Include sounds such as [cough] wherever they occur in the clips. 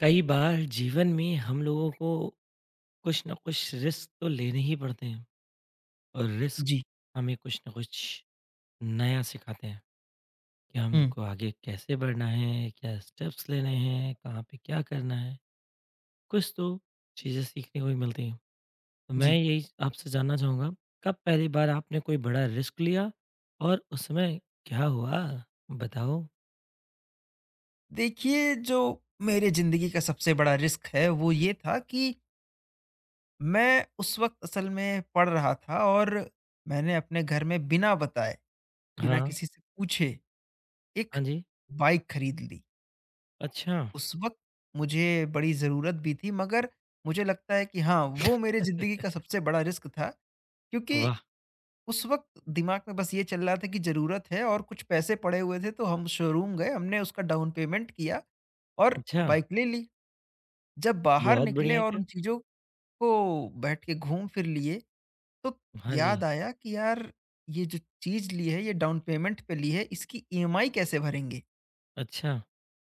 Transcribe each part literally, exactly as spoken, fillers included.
कई बार जीवन में हम लोगों को कुछ ना कुछ रिस्क तो लेने ही पड़ते हैं। और रिस्क जी। हमें कुछ ना कुछ नया सिखाते हैं कि हम लोग हुँ, को आगे कैसे बढ़ना है, क्या स्टेप्स लेने हैं, कहाँ पे क्या करना है, कुछ तो चीज़ें सीखने को भी मिलती हैं। तो मैं जी। यही आपसे जानना चाहूँगा, कब पहली बार आपने कोई बड़ा रिस्क लिया और उसमें क्या हुआ, बताओ। देखिए, जो मेरे ज़िंदगी का सबसे बड़ा रिस्क है, वो ये था कि मैं उस वक़्त असल में पढ़ रहा था और मैंने अपने घर में बिना बताए, बिना हाँ। किसी से पूछे, एक हाँ जी। बाइक खरीद ली। अच्छा। उस वक़्त मुझे बड़ी ज़रूरत भी थी मगर मुझे लगता है कि हाँ, वो मेरे ज़िंदगी का सबसे बड़ा रिस्क था क्योंकि वाह। उस वक़्त दिमाग में बस ये चल रहा था कि ज़रूरत है और कुछ पैसे पड़े हुए थे, तो हम शोरूम गए, हमने उसका डाउन पेमेंट किया और अच्छा। बाइक ले ली। जब बाहर बहुत निकले बढ़िया, और क्या। उन चीज़ों को बैठ के घूम फिर लिए, तो हाँ जी। याद आया कि यार ये जो चीज़ ली है, ये डाउन पेमेंट पे ली है, इसकी ईएमआई कैसे भरेंगे? अच्छा।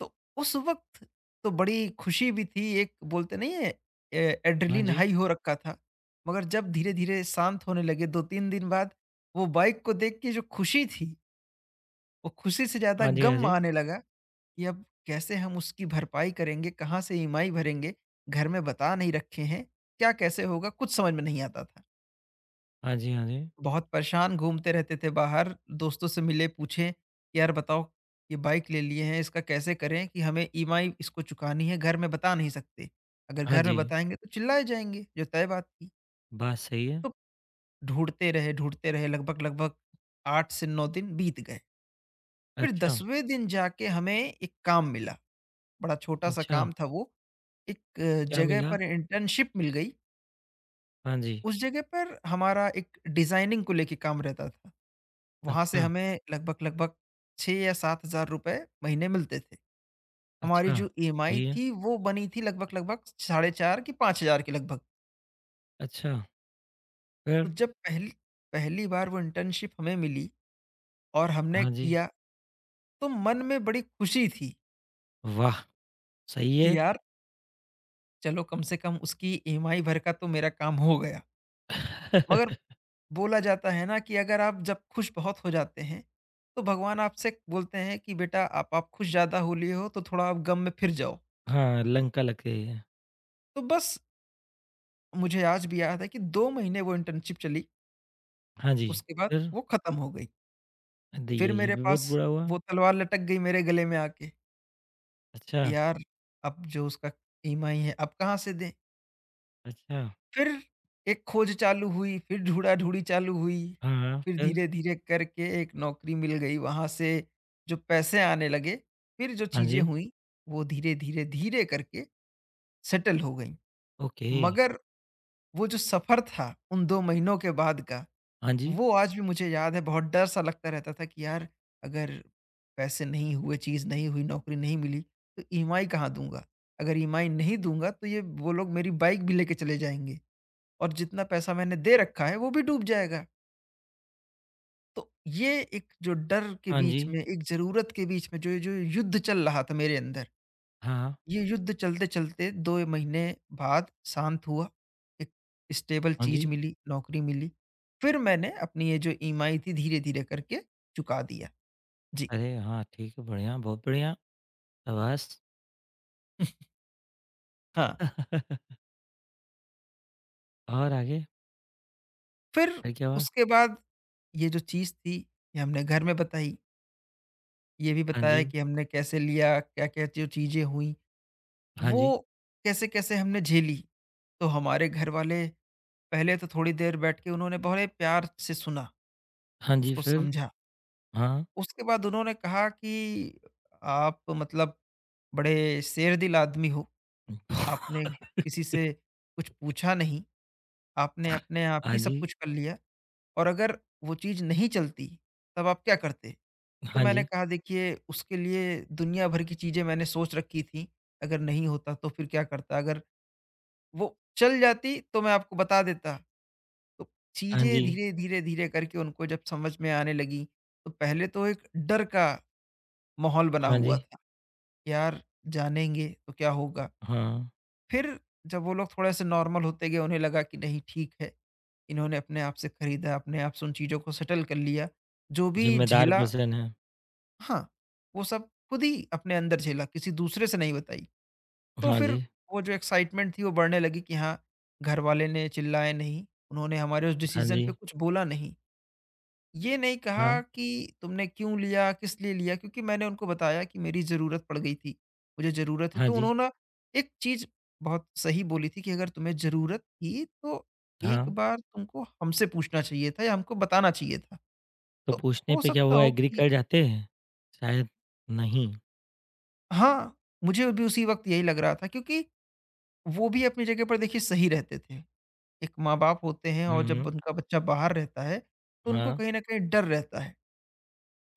तो उस वक़्त तो बड़ी खुशी भी थी, एक बोलते नहीं है ए हाँ एड्रेनलिन जी। हाई हो रखा था। मगर जब धीरे-धीरे शांत होने लगे दो तीन दिन बाद, वो बाइक को देख के जो खुशी थी वो खुशी से ज़्यादा हाँ जी, हाँ गम जी। आने लगा कि अब कैसे हम उसकी भरपाई करेंगे, कहाँ से ईएमआई भरेंगे, घर में बता नहीं रखे हैं, क्या कैसे होगा कुछ समझ में नहीं आता था। हाँ जी, हाँ जी। बहुत परेशान घूमते रहते थे बाहर, दोस्तों से मिले पूछे कि यार बताओ ये बाइक ले लिए हैं इसका कैसे करें कि हमें ईएमआई इसको चुकानी है, घर में बता नहीं सकते। अगर हाँ घर में जी, बताएँगे तो चिल्लाए जाएँगे, जो तय बात थी। बात सही है। तो ढूँढते रहे, ढूँढते रहे लगभग-लगभग आठ से नौ दिन बीत गए। फिर अच्छा। दसवें दिन जाके हमें एक काम मिला। बड़ा छोटा-सा अच्छा, काम था वो। एक अ, क्या जगह मिला? पर इंटर्नशिप मिल गई, हाँ जी। उस जगह पर हमारा एक डिज़ाइनिंग को लेके काम रहता था। वहाँ से अच्छा। हमें लगभग-लगभग छह या सात हज़ार रुपए महीने मिलते थे। हमारी अच्छा, जो ईएमआई सही है। थी वो बनी थी लगभग-लगभग साढ़े चार की पाँच हज़ार के लगभग। अच्छा, तो फिर? जब पहली पहली बार वो इंटर्नशिप हमें मिली और हमने हाँ जी, किया, तो मन में बड़ी खुशी थी वाह! सही है। कि यार चलो कम से कम उसकी ईएमआई भर का तो मेरा काम हो गया। मगर [laughs] बोला जाता है ना कि अगर आप जब खुश बहुत हो जाते हैं तो भगवान आपसे बोलते हैं कि बेटा आप आप खुश ज़्यादा हो लिए हो तो थोड़ा आप गम में फिर जाओ। हाँ, लंका लग गई है। तो बस मुझे आज भी याद है कि दो महीने वो इंटर्नशिप चली हाँ जी, उसके बाद फिर? वो ख़त्म हो गई। द फिर ये ये मेरे भी बहुत पास बुरा हुआ। वो तलवार लटक गई मेरे गले में आके, अच्छा। यार अब जो उसका ईएमआई है अब कहाँ से दें? अच्छा। फिर एक खोज चालू हुई, फिर ढूँढ़ा-ढूँढ़ी चालू हुई, हाँ, फिर फिर? धीरे-धीरे करके एक नौकरी मिल गई, वहाँ से जो पैसे आने लगे, फिर जो हाँ चीज़ें जी, हुईं, वो धीरे-धीरे, धीरे धीरे करके सेटल हो गईं। ओके। मगर वो जो सफ़र था उन दो महीनों के बाद का, हाँ जी, वो आज भी मुझे याद है, बहुत डर-सा लगता रहता था कि यार अगर पैसे नहीं हुए, चीज़ नहीं हुई, नौकरी नहीं मिली, तो ईएमआई कहाँ दूँगा? अगर ईएमआई नहीं दूँगा, तो ये वो लोग मेरी बाइक भी लेके चले जाएँगे। और जितना पैसा मैंने दे रखा है वो भी डूब जाएगा। तो ये एक जो डर के हाँ जी, बीच में, एक ज़रूरत के बीच में जो जो युद्ध चल रहा था मेरे अंदर, हाँ, ये युद्ध चलते-चलते दो महीने बाद शांत हुआ। एक स्टेबल हाँ चीज़ जी। मिली, नौकरी मिली। फिर मैंने अपनी ये जो ईएमआई थी धीरे-धीरे करके चुका दिया। जी। अरे! हाँ, ठीक है, बढ़िया, बहुत बढ़िया, शाबाश। [laughs] हाँ, [laughs] और आगे? फिर अरे क्या हुआ? उसके बाद ये जो चीज़ थी ये हमने घर में बताई। ये भी हाँ बताया जी, कि हमने कैसे लिया, क्या-क्या जो चीज़ें हुई, हाँ जी। वो कैसे-कैसे हमने झेली। तो हमारे घरवाले पहले तो थोड़ी देर बैठ के उन्होंने बड़े प्यार से सुना, हाँ जी, उसको फिर? समझा। हाँ। उसके बाद उन्होंने कहा कि आप मतलब बड़े शेर-दिल आदमी हो, आपने [laughs] किसी से कुछ पूछा नहीं, आपने अपने आप हाँ ही सब जी, कुछ कर लिया और अगर वो चीज़ नहीं चलती, तब आप क्या करते? तो हाँ मैंने जी, कहा देखिए उसके लिए दुनिया भर की चीज़ें मैंने सोच रखी थी, अगर नहीं होता तो फिर क्या करता? अगर वो चल जाती तो मैं आपको बता देता। तो हाँ चीज़ें जी, धीरे, धीरे, धीरे करके उनको जब समझ में आने लगी, तो पहले तो एक डर का माहौल बना हाँ जी, हुआ था। यार, जानेंगे तो क्या होगा? हाँ। फिर जब वो लोग थोड़े-से नॉर्मल होते गए, उन्हें लगा कि नहीं ठीक है, इन्होंने अपने आप से खरीदा, अपने आप से उन चीज़ों को सेटल कर लिया। जो भी ज़िम्मेदार झेला पर्सन है। हाँ, वो सब खुद ही अपने अंदर झेला, किसी दूसरे से नहीं बताई। तो हाँ फिर जी, वो जो एक्साइटमेंट थी, वो बढ़ने लगी कि हाँ, घर वाले ने चिल्लाए नहीं, उन्होंने हमारे उस हाँ डिसीज़न जी, पे कुछ बोला नहीं। ये नहीं कहा हाँ, कि तुमने क्यों लिया, किस लिए लिया क्योंकि मैंने उनको बताया कि मेरी ज़रूरत पड़ गई थी, मुझे ज़रूरत है। हाँ तो जी, उन्होंने एक चीज़ बहुत सही बोली थी कि अगर तुम्हें ज़रूरत थी तो एक हाँ। बार तुमको हमसे पूछना चाहिए था या हमको बताना चाहिए था। तो तो पूछने हो पे क्या सकता हुआ, हो एग्री कि कर जाते हैं? शायद नहीं। हाँ, मुझे भी उसी वक़्त यही लग रहा था क्योंकि वो भी अपनी जगह पर देखिए सही रहते थे। एक माँ-बाप होते हैं हुँ, और जब हुँ, उनका बच्चा बाहर रहता है, तो उनको हाँ, कहीं न कहीं डर रहता है।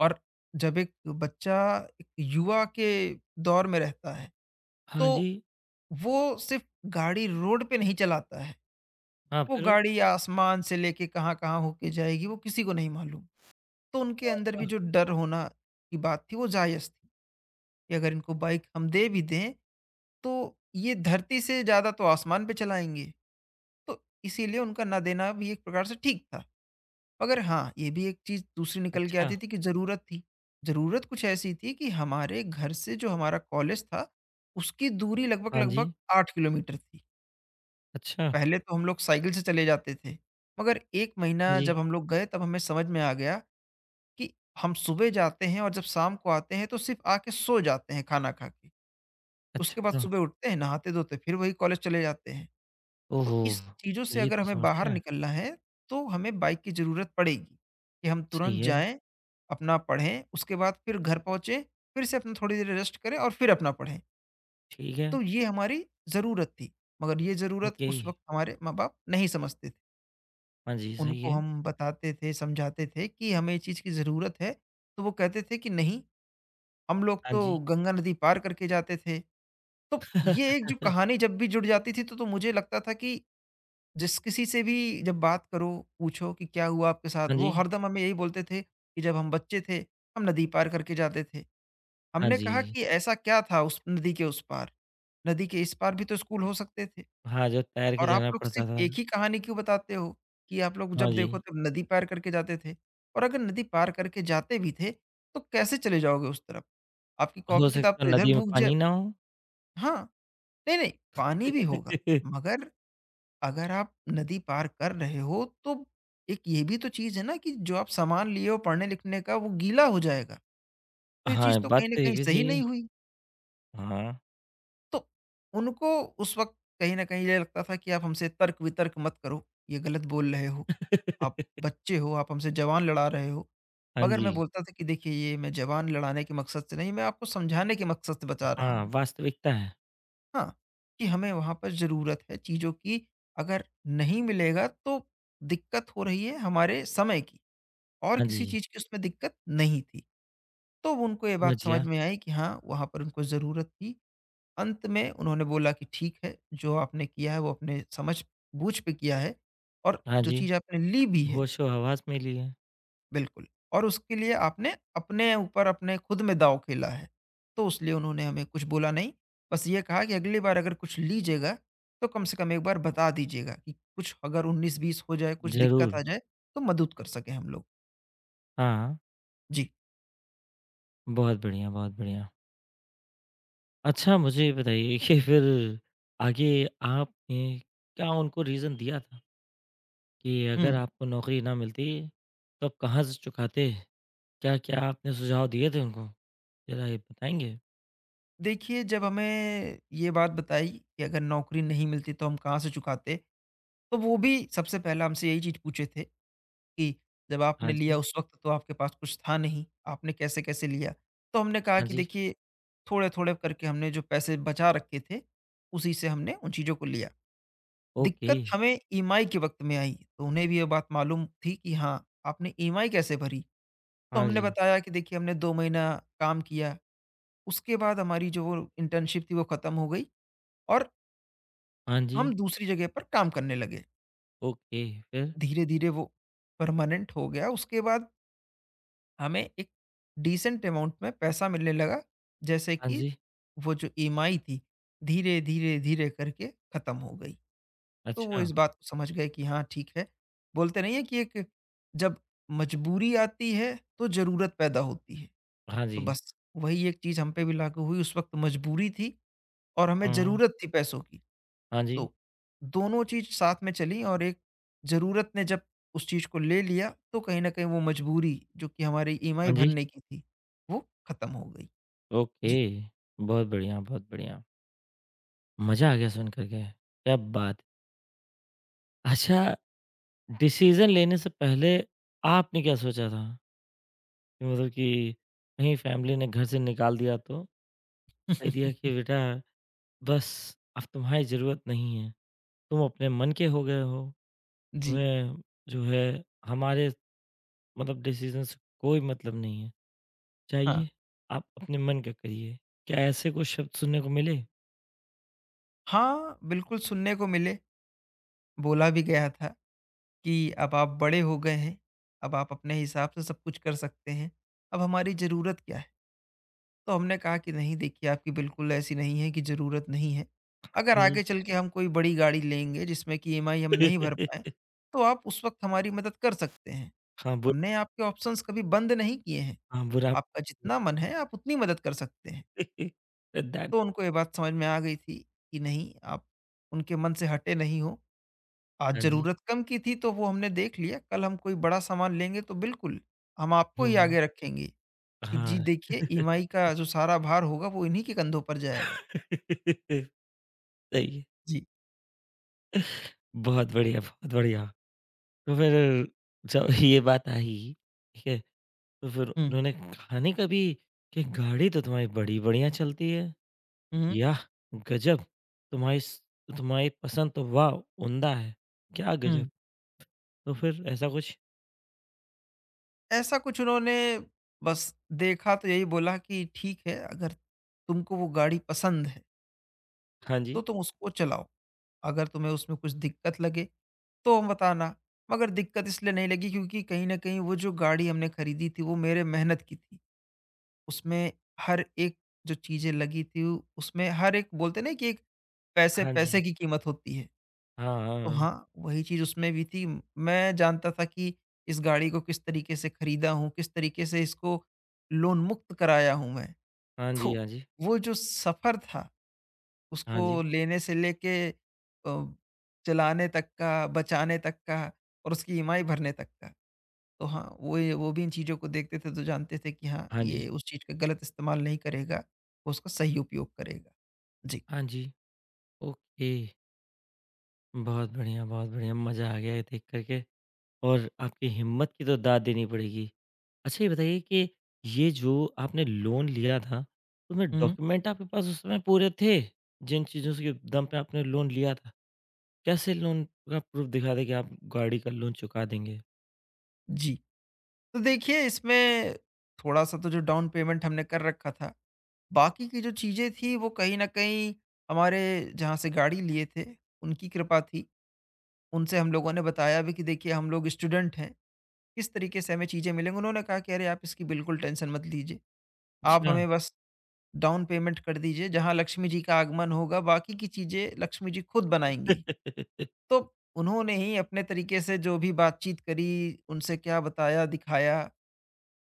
और जब एक बच्चा एक युवा के दौर में रहता है, हाँ जी, तो वो सिर्फ़ गाड़ी रोड पे नहीं चलाता है। हाँ वो फिर? गाड़ी आसमान से लेके कहाँ-कहाँ होके जाएगी, वो किसी को नहीं मालूम। तो उनके अ, अंदर भी अ, जो डर होना की बात थी, वो जायज़ थी कि अगर इनको बाइक हम दे भी दें, तो ये धरती से ज़्यादा तो आसमान पे चलाएँगे। तो इसीलिए उनका ना देना भी एक प्रकार से ठीक था। मगर हाँ, ये भी एक चीज़ दूसरी निकल के अच्छा, आती थी कि ज़रूरत थी। ज़रूरत कुछ ऐसी थी कि हमारे घर से जो हमारा कॉलेज था, उसकी दूरी हाँ लगभग-लगभग जी, आठ किलोमीटर थी। अच्छा, पहले तो हम लोग साइकिल से चले जाते थे, मगर एक हाँ महीना जी, जब हम लोग गए तब हमें समझ में आ गया कि हम सुबह जाते हैं और जब शाम को आते हैं तो सिर्फ़ आके सो जाते हैं खाना खा के। उसके बाद अच्छा। सुबह उठते हैं, नहाते-धोते फिर वही कॉलेज चले जाते हैं। तो ओहो! इस चीज़ों से ये अगर तो हमें बाहर समझते हैं। निकलना है, तो हमें बाइक की ज़रूरत पड़ेगी, कि हम सही तुरंत है, जाएँ, अपना पढ़ें, उसके बाद फिर घर पहुँचे, फिर से अपना थोड़ी देर रेस्ट करें और फिर अपना पढ़ें। ठीक है, तो ये हमारी ज़रूरत थी, मगर ये ज़रूरत ओके। उस वक़्त हमारे माँ-बाप नहीं समझते थे। हाँ जी, सही उनको है। हम बताते थे, समझाते थे कि हमें ये चीज़ की ज़रूरत है, तो वो कहते थे कि नहीं, हम लोग हाँ तो जी। गंगा नदी पार करके जाते थे। तो ये एक जो कहानी जब भी जुड़ जाती थी, तो तो मुझे लगता था कि जिस किसी से भी जब बात करो, पूछो कि क्या हुआ आपके साथ? हाँ वो जी, हरदम हमें यही बोलते थे कि जब हम बच्चे थे, हम नदी पार करके जाते थे। हाँ हमने कहा जी। कि ऐसा क्या था उस नदी के उस पार? नदी के इस पार भी तो स्कूल हो सकते थे हाँ, जो तैर के और आप जाना लोग पड़ता था। सिर्फ़ एक ही कहानी क्यों बताते हो कि आप लोग हाँ जब जी, देखो तब नदी पार करके जाते थे? और अगर नदी पार करके जाते भी थे, तो कैसे चले जाओगे उस तरफ? आपकी हो कॉपी किताब सकता तो है इधर नदी में भूग जा पानी ना हो। हाँ, नहीं, नहीं, पानी भी होगा, [laughs] मगर अगर आप नदी पार कर रहे हो तो एक ये भी तो चीज़ है ना कि जो आप सामान लिए हो पढ़ने लिखने का वो गीला हो जाएगा। तो ये चीज़ हाँ, तो बात कहीं न तो ये कहीं भी सही सही नहीं है। हुई। हाँ। तो उनको उस वक़्त कहीं न कहीं ये लगता था कि आप हमसे तर्क-वितर्क मत करो, ये गलत बोल रहे हो, आप [laughs] बच्चे हो, आप हमसे ज़बान लड़ा रहे हो। हाँ मगर जी, मैं बोलता था कि देखिए ये मैं ज़बान लड़ाने के मकसद से नहीं, मैं आपको समझाने के मकसद से बता रहा हाँ, हूँ। वास्तविकता है। हाँ, कि हमें वहाँ पर ज़रूरत है चीज़ों की, अगर नहीं मिलेगा तो दिक्कत हो रही है हमारे समय की और हाँ किसी जी, चीज़ की उसमें दिक्कत नहीं थी। तो वो उनको ये समझ बात समझ गया। में आई कि हाँ, वहाँ पर उनको ज़रूरत थी। अंत में उन्होंने बोला कि ठीक है, जो आपने किया है वो अपने समझ-बूझ पे किया है और हाँ जो जी, चीज़ आपने ली भी है होशो-हवास मिली है। बिल्कुल। और उसके लिए आपने अपने ऊपर अपने खुद में दाँव खेला है। तो उस लिए उन्होंने हमें कुछ बोला नहीं, बस ये कहा कि अगली बार अगर कुछ लीजिएगा, तो कम से कम एक बार बता दीजिएगा कि कुछ अगर उन्नीस बीस हो जाए, कुछ ज़रूर, दिक्कत आ जाए, तो मदद कर सकें हम लोग। हाँ, जी। बहुत बढ़िया, बहुत बढ़िया। अच्छा, मुझे ये बताइए कि फिर आगे आपने क्या उनको रीज़न दिया था कि अगर हुँ। आपको नौकरी ना मिलती तो आप कहाँ से चुकाते? क्या-क्या आपने सुझाव दिए थे उनको? ज़रा ये बताएँगे? देखिए, जब हमें ये बात बताई कि अगर नौकरी नहीं मिलती तो हम कहाँ से चुकाते? तो वो भी सबसे पहला हमसे यही चीज़ पूछे थे। कि जब आपने हाँ लिया जी, उस वक़्त तो आपके पास कुछ था नहीं, आपने कैसे-कैसे लिया? तो हमने कहा हाँ कि जी, देखिए, थोड़े-थोड़े करके हमने जो पैसे बचा रखे थे, उसी से हमने उन चीज़ों को लिया। ओके, दिक्कत हमें ईएमआई के वक़्त में आई, तो उन्हें भी ये बात मालूम थी कि हाँ, आपने ईएमआई कैसे भरी? तो हाँ हमने जी, बताया कि देखिए हमने दो महीना काम किया, उसके बाद हमारी जो वो इंटर्नशिप थी वो ख़त्म हो गई और हाँ हम जी, दूसरी जगह पर काम करने लगे। ओके, फिर? धीरे-धीरे वो परमानेंट हो गया, उसके बाद हमें एक डिसेंट अमाउंट में पैसा मिलने लगा जैसे हाँ कि जी, वो जो ईएमआई थी धीरे धीरे धीरे करके खत्म हो गई। तो वो अच्छा, इस बात को समझ गए कि हाँ ठीक है। बोलते नहीं है कि एक जब मजबूरी आती है तो जरूरत पैदा होती है। हाँ तो जी, बस वही एक चीज हम पे भी लागू हुई, उस वक्त मजबूरी थी और हमें हाँ, हाँ, जरूरत थी पैसों की। हाँ जी, तो दोनों चीज़ साथ में चली और एक ज़रूरत ने जब उस चीज़ को ले लिया, तो कहीं न कहीं वो मजबूरी जो कि हमारी ईएमआई हाँ जी, भरने की थी, वो खत्म हो गई। ओके, जी। बहुत बढ़िया, बहुत बढ़िया। मज़ा आ गया सुन कर के, क्या बात है! अच्छा, डिसीज़न लेने से पहले आपने क्या सोचा था? कि मतलब कि कहीं फैमिली ने घर से निकाल दिया तो? कह दिया कि [laughs] बेटा बस अब तुम्हारी ज़रूरत नहीं है, तुम अपने मन के हो गए हो। जी, तुम्हें जो है हमारे मतलब डिसीजन से कोई मतलब नहीं है। हाँ। चाहिए, आप अपने मन का करिए। क्या ऐसे कोई शब्द सुनने को मिले? हाँ, बिल्कुल सुनने को मिले, बोला भी गया था कि अब आप बड़े हो गए हैं, अब आप अपने हिसाब से सब कुछ कर सकते हैं, अब हमारी ज़रूरत क्या है? तो हमने कहा कि नहीं देखिए आपकी बिल्कुल ऐसी नहीं है कि ज़रूरत नहीं है। अगर नहीं। आगे चल के हम कोई बड़ी गाड़ी लेंगे जिसमें कि ईएमआई हम नहीं भर पाएँ, [laughs] तो आप उस वक़्त हमारी मदद कर सकते हैं। हाँ, बु हमने आपके ऑप्शंस कभी बंद नहीं किए हैं। हाँ, बुरा आपका जितना मन है आप उतनी मदद कर सकते हैं। [laughs] दैट तो उनको ये बात समझ में आ गई थी कि नहीं आप उनके मन से हटे नहीं हो। आज हाँ जी। ज़रूरत कम की थी तो वो हमने देख लिया, कल हम कोई बड़ा सामान लेंगे तो बिल्कुल हम आपको ही हुँ, आगे रखेंगे कि जी हाँ। देखिए ईएमआई का जो सारा भार होगा वो इन्हीं के कंधों पर जाएगा। [laughs] सही है। जी। बहुत बढ़िया, बहुत बढ़िया। तो फिर जब ये बात आई, ठीक है? तो फिर हुँ। उन्होंने कहा नहीं कभी कि गाड़ी तो तुम्हारी बड़ी बढ़िया चलती है। हुँ, याह! गज़ब! तुम्हारी स तुम्हारी पसंद तो वाह! उम्दा है। क्या गज़ब! हुँ। तो फिर ऐसा कुछ। ऐसा कुछ उन्होंने बस देखा तो यही बोला कि ठीक है, अगर तुमको वो गाड़ी पसंद है, हाँ तो जी, तुम उसको चलाओ। अगर तुम्हें उसमें कुछ दिक्कत लगे, तो हम बताना। मगर दिक्कत इसलिए नहीं लगी क्योंकि कहीं न कहीं वो जो गाड़ी हमने खरीदी थी, वो मेरे मेहनत की थी। उसमें हर एक जो चीज़ें लगी थी, उसमें हर एक बोलते हैं ना कि एक हाँ जी। पैसे-पैसे की कीमत होती है। हाँ, हाँ, तो हाँ। हाँ, वही चीज़ उसमें भी थी। मैं जानता था कि इस गाड़ी को किस तरीके से खरीदा हूँ, किस तरीके से इसको लोन मुक्त कराया हूँ मैं। हाँ जी, तो हाँ जी। वो जो सफ़र था, हाँ उसको जी, लेने से लेके अ, चलाने तक का, बचाने तक का और उसकी ईएमआई भरने तक का। तो हाँ, वो ये वो भी इन चीज़ों को देखते थे तो जानते थे कि हाँ, हाँ जी, ये उस चीज़ का गलत इस्तेमाल नहीं करेगा, वो उसका सही उपयोग करेगा। जी। हाँ जी। ओके। बहुत बढ़िया, बहुत बढ़िया, मज़ा आ गया ये देख कर के और आपकी हिम्मत की तो दाद देनी पड़ेगी। अच्छा, ये बताइए कि ये जो आपने लोन लिया था, तो उसमें हुँ, डॉक्यूमेंट आपके पास उस समय पूरे थे, जिन चीज़ों के दम पे आपने लोन लिया था? कैसे लोन का प्रूफ दिखा दें कि आप गाड़ी का लोन चुका देंगे? जी। तो देखिए इसमें थोड़ा-सा तो जो डाउन पेमेंट हमने कर रखा था, बाकी की जो चीज़ें थी वो कहीं न कहीं हमारे जहाँ से गाड़ी लिए थे उनकी कृपा थी। उनसे हम लोगों ने बताया भी कि देखिए हम लोग स्टूडेंट हैं, किस तरीके से हमें चीज़ें मिलेंगी। उन्होंने कहा कि अरे आप इसकी बिल्कुल टेंशन मत लीजिए। आप अच्छा। हमें बस डाउन पेमेंट कर दीजिए, जहाँ लक्ष्मी जी का आगमन होगा बाकी की चीज़ें लक्ष्मी जी खुद बनाएँगी। [laughs] तो उन्होंने ही अपने तरीके से जो भी बातचीत करी, उनसे क्या बताया, दिखाया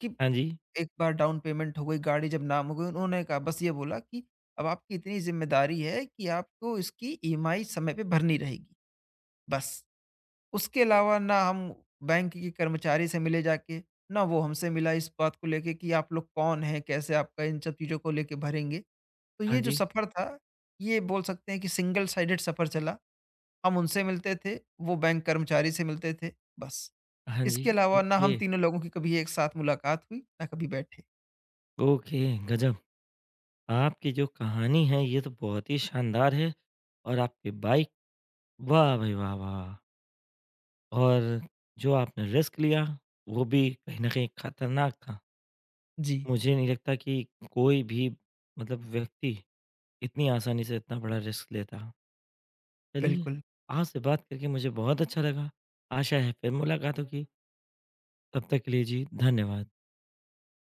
कि हाँ जी, एक बार डाउन पेमेंट हो गई, गाड़ी जब नाम हो गई, उन्होंने कहा बस ये बोला कि अब आपकी इतनी ज़िम्मेदारी है कि आपको इसकी ईएमआई समय पे भरनी रहेगी, बस। उसके अलावा ना हम बैंक के कर्मचारी से मिले जाके, ना वो हमसे मिला इस बात को लेके कि आप लोग कौन हैं, कैसे आपका इन सब चीज़ों को लेके भरेंगे। तो हाँ ये जो जी, सफ़र था, ये बोल सकते हैं कि सिंगल साइडेड सफ़र चला। हम उनसे मिलते थे, वो बैंक कर्मचारी से मिलते थे, बस। हाँ जी। इसके अलावा ना हम ओके, तीनों लोगों की कभी एक साथ मुलाकात हुई, ना कभी बैठे। ओके, गज़ब! आपकी जो कहानी है ये तो बहुत ही शानदार है और आपकी बाइक वाह भाई वाह, वाह! और जो आपने रिस्क लिया, वो भी कहीं न कहीं खतरनाक था। जी। मुझे नहीं लगता कि कोई भी मतलब व्यक्ति इतनी आसानी से इतना बड़ा रिस्क लेता। चलिए, बिल्कुल। आपसे बात करके मुझे बहुत अच्छा लगा। आशा है फिर मुलाकात होगी। तब तक के लिए जी, धन्यवाद।